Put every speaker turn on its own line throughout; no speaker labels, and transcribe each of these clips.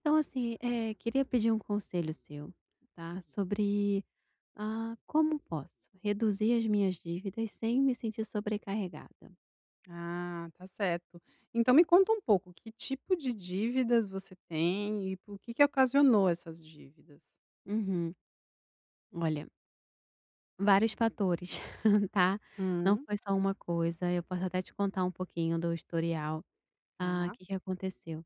Então, assim, queria pedir um conselho seu, tá? Sobre, como posso reduzir as minhas dívidas sem me sentir sobrecarregada?
Ah, tá certo. Então me conta um pouco, que tipo de dívidas você tem e por que que ocasionou essas dívidas?
Uhum. Olha, vários fatores, tá? Não
Hum.
foi só uma coisa. Eu posso até te contar um pouquinho do historial. Ah, o
Tá,
que que aconteceu?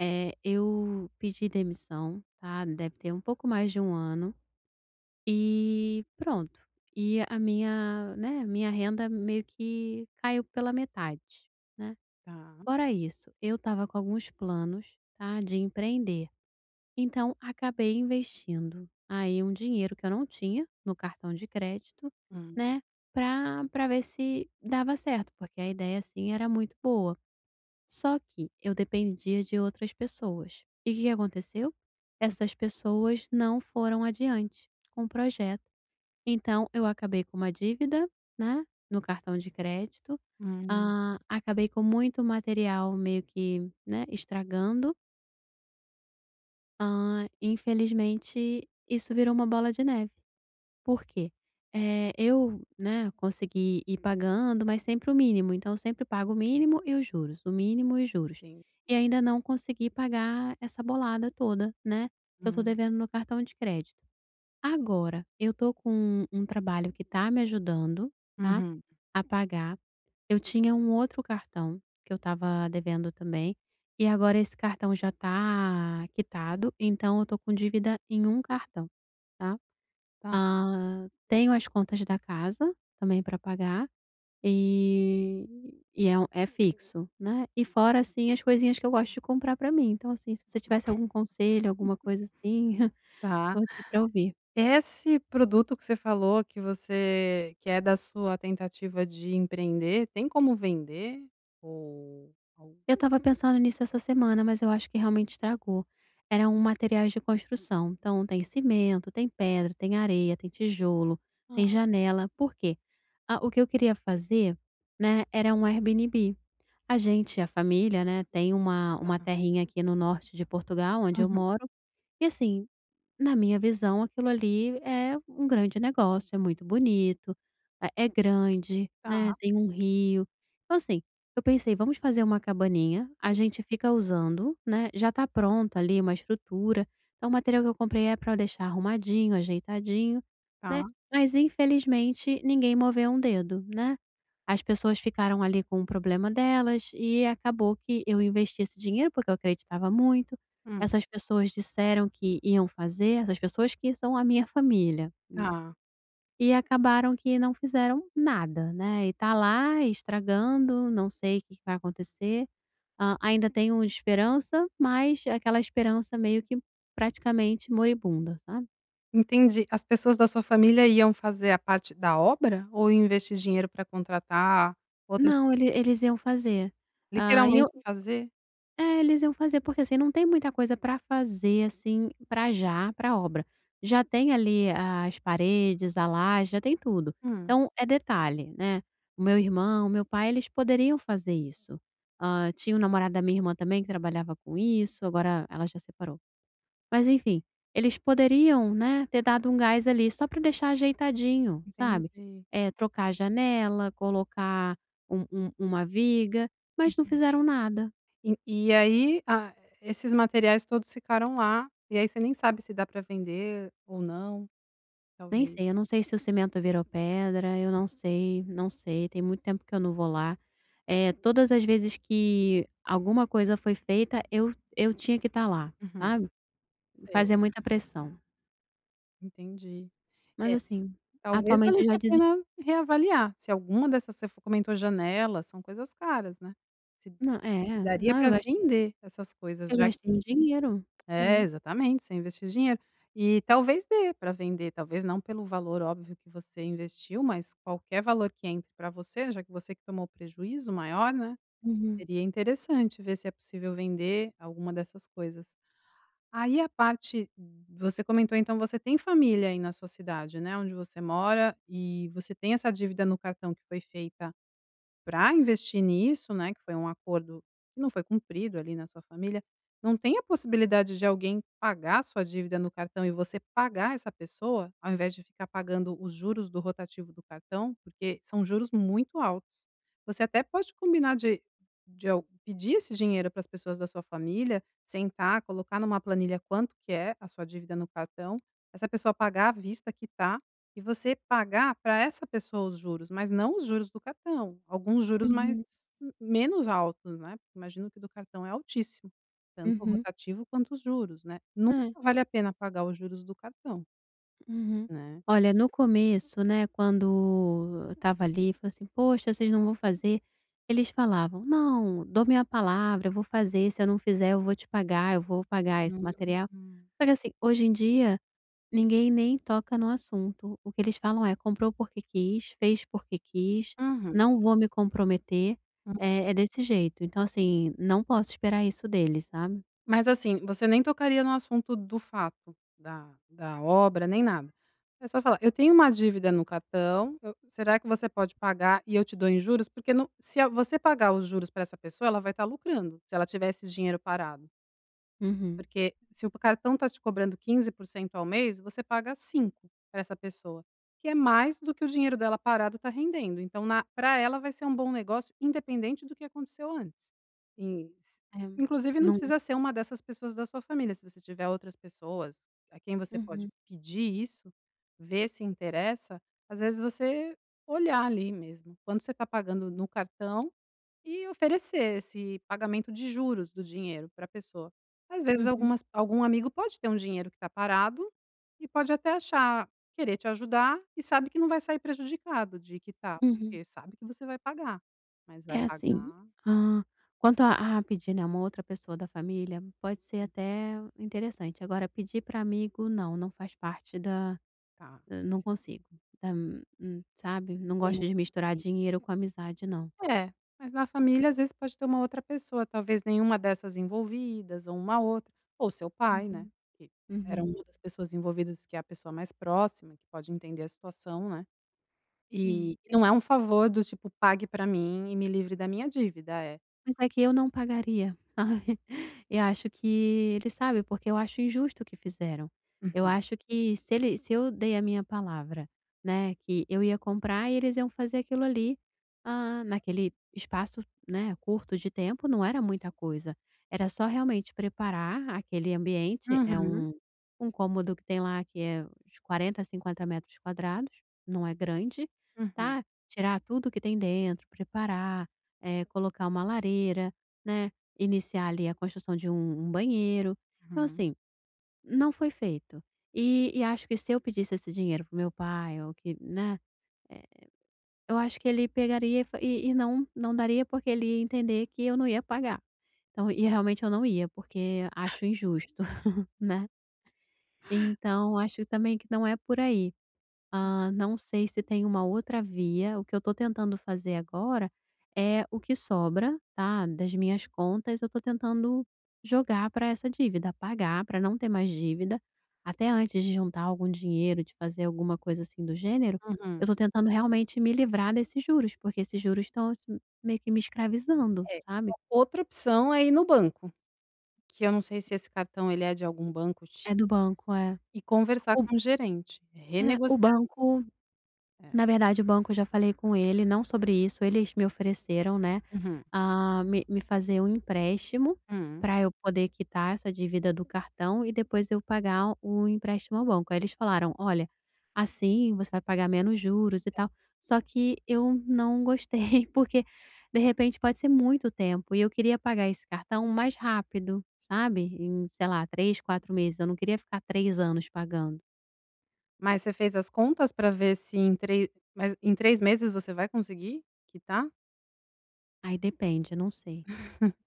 É, eu pedi demissão, tá? Deve ter um pouco mais de um ano e pronto. E a minha, né, minha renda meio que caiu pela metade, né?
tá.
Fora isso, eu estava com alguns planos, tá, de empreender. Então, acabei investindo aí um dinheiro que eu não tinha no cartão de crédito,
Hum,
né, pra ver se dava certo, porque a ideia, assim, era muito boa. Só que eu dependia de outras pessoas. E o que que aconteceu? Essas pessoas não foram adiante com o projeto. Então eu acabei com uma dívida, né, no cartão de crédito,
hum.
acabei com muito material meio que, né, estragando, infelizmente isso virou uma bola de neve. Por quê? Eu, né, consegui ir pagando, mas sempre o mínimo, então eu sempre pago o mínimo e os juros, o mínimo e os juros.
Entendi.
E ainda não consegui pagar essa bolada toda, né, que eu tô
Hum.
devendo no cartão de crédito. Agora, eu tô com um trabalho que tá me ajudando, tá,
Uhum.
a pagar. Eu tinha um outro cartão que eu estava devendo também, e agora esse cartão já tá quitado, então eu tô com dívida em um cartão, tá. Ah, tenho as contas da casa também para pagar, e e é um é fixo, né. E fora, assim, as coisinhas que eu gosto de comprar para mim. Então, assim, se você tivesse algum conselho, alguma coisa assim, tô
Tá.
aqui para ouvir.
Esse produto que você falou que você que é da sua tentativa de empreender, tem como vender? Ou
Eu estava pensando nisso essa semana, mas eu acho que realmente estragou. Eram materiais de construção, então tem cimento, tem pedra, tem areia, tem tijolo,
Ah,
tem janela. Por quê? Ah, o que eu queria fazer, né, era um Airbnb. A gente, a família, né, tem uma
tá.
terrinha aqui no norte de Portugal, onde eu
Uhum.
moro, e assim, na minha visão, aquilo ali é um grande negócio, é muito bonito, é é grande, né,
Tá,
tem um rio. Então, assim, eu pensei: "Vamos fazer uma cabaninha, a gente fica usando, né, já tá pronto ali uma estrutura". Então, o material que eu comprei é pra deixar arrumadinho, ajeitadinho,
tá.
né, mas infelizmente ninguém moveu um dedo, né. As pessoas ficaram ali com o problema delas e acabou que eu investi esse dinheiro, porque eu acreditava muito
Hum.
essas pessoas disseram que iam fazer, essas pessoas que são a minha família,
Tá.
e acabaram que não fizeram nada, né, e tá lá estragando, não sei o que que vai acontecer. Ainda tenho esperança, mas aquela esperança meio que praticamente moribunda, sabe.
Entendi. As pessoas da sua família iam fazer a parte da obra ou iam investir dinheiro para contratar outras,
Não, eles iam fazer. Hã, e eu
literalmente fazer?
É, eles iam fazer, porque, assim, não tem muita coisa pra fazer, assim, pra já, pra obra. Já tem ali as paredes, a laje, já tem tudo.
Hum,
Então é detalhe, né. O meu irmão, o meu pai, eles poderiam fazer isso. Tinha o namorado da minha irmã também que trabalhava com isso, agora ela já separou. Mas enfim, eles poderiam, né, ter dado um gás ali só pra deixar ajeitadinho, sabe.
entendi.
Trocar a janela, colocar uma viga, mas não
Uhum.
fizeram nada.
E aí, esses materiais todos ficaram lá, e aí você nem sabe se dá para vender ou não,
Nem
talvez.
sei, eu não sei se o cimento virou pedra, eu não sei, não sei, tem muito tempo que eu não vou lá. Todas as vezes que alguma coisa foi feita, eu tinha que estar lá,
Uhum.
sabe.
Sei,
Fazia muita pressão.
entendi.
Mas
É,
assim,
talvez
atualmente eu
valesse
já
a
desi
pena reavaliar, se alguma dessas, você comentou, janelas são coisas caras, né. Se
não,
se se
é,
daria
não, eu
para
gastei
vender essas coisas,
eu
já...
gastei um dinheiro.
É,
Sim.
exatamente, você investiu dinheiro. E talvez dê para vender, talvez não pelo valor óbvio que você investiu, mas qualquer valor que entre para você, já que você que tomou o prejuízo maior, né,
Uhum,
seria interessante ver se é possível vender alguma dessas coisas. Aí a parte, você comentou, então você tem família aí na sua cidade, né, onde você mora, e você tem essa dívida no cartão que foi feita para investir nisso, né, que foi um acordo que não foi cumprido ali na sua família, não tem a possibilidade de alguém pagar a sua dívida no cartão e você pagar essa pessoa, ao invés de ficar pagando os juros do rotativo do cartão? Porque são juros muito altos. Você até pode combinar de al pedir esse dinheiro para as pessoas da sua família, sentar, colocar numa planilha quanto que é a sua dívida no cartão, essa pessoa pagar à vista, quitar e você pagar para essa pessoa os juros, mas não os juros do cartão, alguns juros mais
uhum,
menos altos, né, porque imagino que o do cartão é altíssimo, tanto o
uhum.
rotativo quanto os juros, né. Nunca
É.
vale a pena pagar os juros do cartão,
Uhum.
né.
Olha, no começo, né, quando eu estava ali, falei assim: "Poxa, vocês não vão fazer?" Eles falavam: "Não, dou minha palavra, eu vou fazer, se eu não fizer eu vou te pagar, eu vou pagar esse
Hum.
material". Só que assim, hoje em dia, ninguém nem toca no assunto. O que eles falam é: "Comprou porque quis, fez porque quis,
Uhum.
não vou me comprometer". É é desse jeito. Então assim, não posso esperar isso deles, sabe.
Mas assim, você nem tocaria no assunto do fato, da obra, nem nada. É só falar: "Eu tenho uma dívida no cartão, eu será que você pode pagar e eu te dou em juros?" Porque se a você pagar os juros para essa pessoa, ela vai estar lucrando, se ela tiver esse dinheiro parado.
Uhum.
Porque se o cartão está te cobrando 15% ao mês, você paga 5 para essa pessoa, que é mais do que o dinheiro dela parado está rendendo. Então para ela vai ser um bom negócio independente do que aconteceu antes. E s
É.
Inclusive não
Não.
precisa ser uma dessas pessoas da sua família, se você tiver outras pessoas a quem você pode
Uhum.
pedir isso, ver se interessa, às vezes você olhar ali mesmo, quando você está pagando no cartão e oferecer esse pagamento de juros do dinheiro para a pessoa. Às vezes
Uhum.
algum amigo pode ter um dinheiro que está parado, e pode até achar querer te ajudar, e sabe que não vai sair prejudicado de quitar,
Uhum.
porque sabe que você vai pagar, mas vai
É assim,
pagar.
hã, quanto a pedir, né, uma outra pessoa da família, pode ser até interessante. Agora pedir para amigo não, não faz parte da
Tá.
não consigo, da sabe, não gosto de misturar
Sim.
dinheiro com amizade não.
É, mas na família às vezes pode ter uma outra pessoa, talvez nenhuma dessas envolvidas ou uma outra, ou seu pai, né,
Uhum.
que era
Uhum.
uma das pessoas envolvidas que é a pessoa mais próxima, que pode entender a situação, né.
Hum.
E não é um favor do tipo: "Pague pra mim e me livre da minha dívida", é...
Mas é que eu não pagaria, sabe. Eu acho que ele sabe, porque eu acho injusto o que fizeram. Eu
Uhum.
acho que se eu dei a minha palavra, né, que eu ia comprar e eles iam fazer aquilo ali, naquele espaço, né, curto de tempo, não era muita coisa. Era só realmente preparar aquele ambiente, é
Uhum,
um cômodo que tem lá que é uns 40, 50 metros quadrados, não é grande,
uhum.
tá. Tirar tudo que tem dentro, preparar colocar uma lareira, né, iniciar ali a construção de um banheiro. Então,
Uhum.
assim, não foi feito. E acho que se eu pedisse esse dinheiro pro meu pai ou que, né, eh, eu acho que ele pegaria e fa e não não daria, porque ele ia entender que eu não ia pagar. Então e realmente eu não ia, porque acho injusto, né. Então acho também que não é por aí. Ah, não sei se tem uma outra via. O que eu estou tentando fazer agora é o que sobra, tá, das minhas contas, eu estou tentando jogar para essa dívida, pagar para não ter mais dívida, até antes de juntar algum dinheiro, de fazer alguma coisa assim do gênero, eu
Uhum.
estou tentando realmente me livrar desses juros, porque esses juros estão, assim, meio que me escravizando,
É,
sabe.
outra opção é ir no banco, que eu não sei se esse cartão ele é de algum banco X,
É do banco, é.
e conversar
O
com o gerente,
é, o
renegociar
banco
é.
Na verdade, o banco eu já falei com ele, não sobre isso, eles me ofereceram, né,
Uhum,
me fazer um empréstimo
uhum.
para eu poder quitar essa dívida do cartão e depois eu pagar o empréstimo ao banco. Aí eles falaram: "Olha, assim você vai pagar menos juros e tal". Só que eu não gostei, porque de repente pode ser muito tempo e eu queria pagar esse cartão mais rápido, sabe, em, sei lá, 3 4 meses, eu não queria ficar 3 anos pagando.
Mas você fez as contas pra ver se em três mas em 3 meses você vai conseguir quitar?
Aí depende, eu não sei.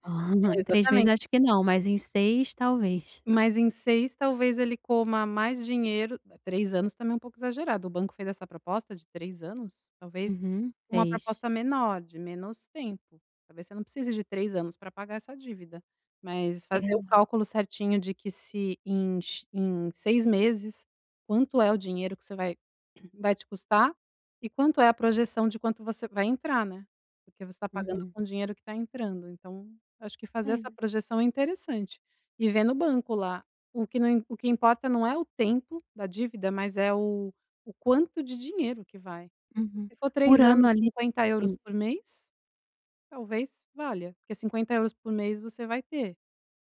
Ah,
É,
em 3 meses
exatamente.
acho que não, mas em 6 talvez.
Mas em 6 talvez ele coma mais dinheiro. 3 anos também é um pouco exagerado, o banco fez essa proposta de 3 anos? Talvez
Uhum,
uma
fez.
proposta menor, de menos tempo. Talvez você não precise de 3 anos para pagar essa dívida, mas
É que
fazer o cálculo certinho de que se em x em 6 meses, quanto é o dinheiro que você vai vai te custar e quanto é a projeção de quanto você vai entrar, né, porque você está pagando
uhum.
com o dinheiro que está entrando, então acho que
É,
fazer essa projeção é interessante. E vê no banco lá. O que importa não é o tempo da dívida, mas é o quanto de dinheiro que vai.
uhum.
Se for
Por
3
ano
anos,
ali
50 euros
sim.
por mês, talvez valha, porque €50 por mês você vai ter.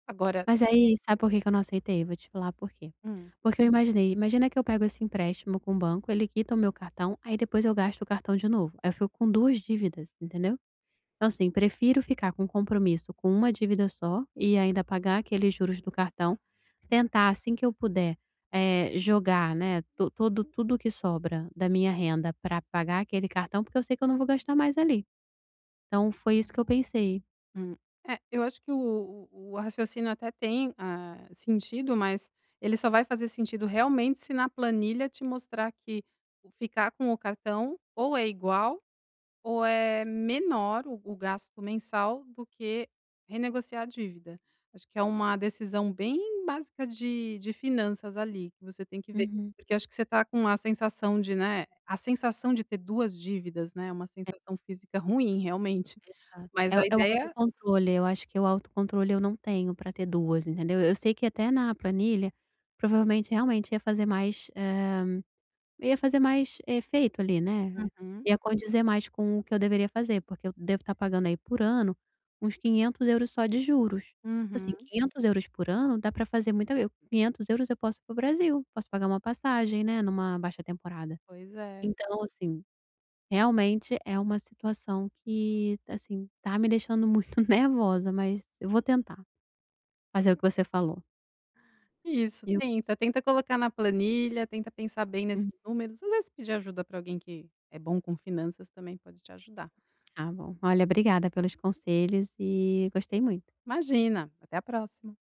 Agora...
Mas aí sabe por que que eu não aceitei? Vou te falar por quê.
Hum,
Porque eu imaginei, imagina que eu pego esse empréstimo com o banco, ele quita o meu cartão, aí depois eu gasto o cartão de novo. Aí eu fico com 2 dívidas, entendeu? Então assim, prefiro ficar com compromisso com uma dívida só e ainda pagar aqueles juros do cartão. Tentar assim que eu puder, jogar, né, to todo tudo que sobra da minha renda para pagar aquele cartão, porque eu sei que eu não vou gastar mais ali. Então foi isso que eu pensei.
hum. É, eu acho que o raciocínio até tem, sentido, mas ele só vai fazer sentido realmente se na planilha te mostrar que o ficar com o cartão ou é igual. Ou é menor o gasto mensal do que renegociar a dívida. Acho que é uma decisão bem básica de finanças ali, que você tem que ver,
Uhum.
porque acho que você está com a sensação de, né, a sensação de ter 2 dívidas, né, é uma sensação física ruim realmente,
Exato.
mas
É o
a
é o
ideia...
autocontrole, eu acho que o autocontrole eu não tenho para ter 2, entendeu. Eu sei que até na planilha, provavelmente, realmente ia fazer mais, eh, eu ia fazer mais efeito ali, né,
Uhum,
ia condizer mais com o que eu deveria fazer, porque eu devo estar pagando aí por ano uns 500 euros só de juros. Assim,
uhum,
500 euros por ano dá para fazer muita eu 500 € eu posso ir para o Brasil, posso pagar uma passagem, né, numa baixa temporada.
pois é.
Então, assim, realmente é uma situação que, assim, tá me deixando muito nervosa, mas eu vou tentar fazer o que você falou.
Isso,
Eu
tenta, tenta colocar na planilha, tenta pensar bem
hum,
nesses números, às vezes pedir ajuda para alguém que é bom com finanças também pode te ajudar.
tá bom. Olha, obrigada pelos conselhos e gostei muito.
Imagina, até a próxima.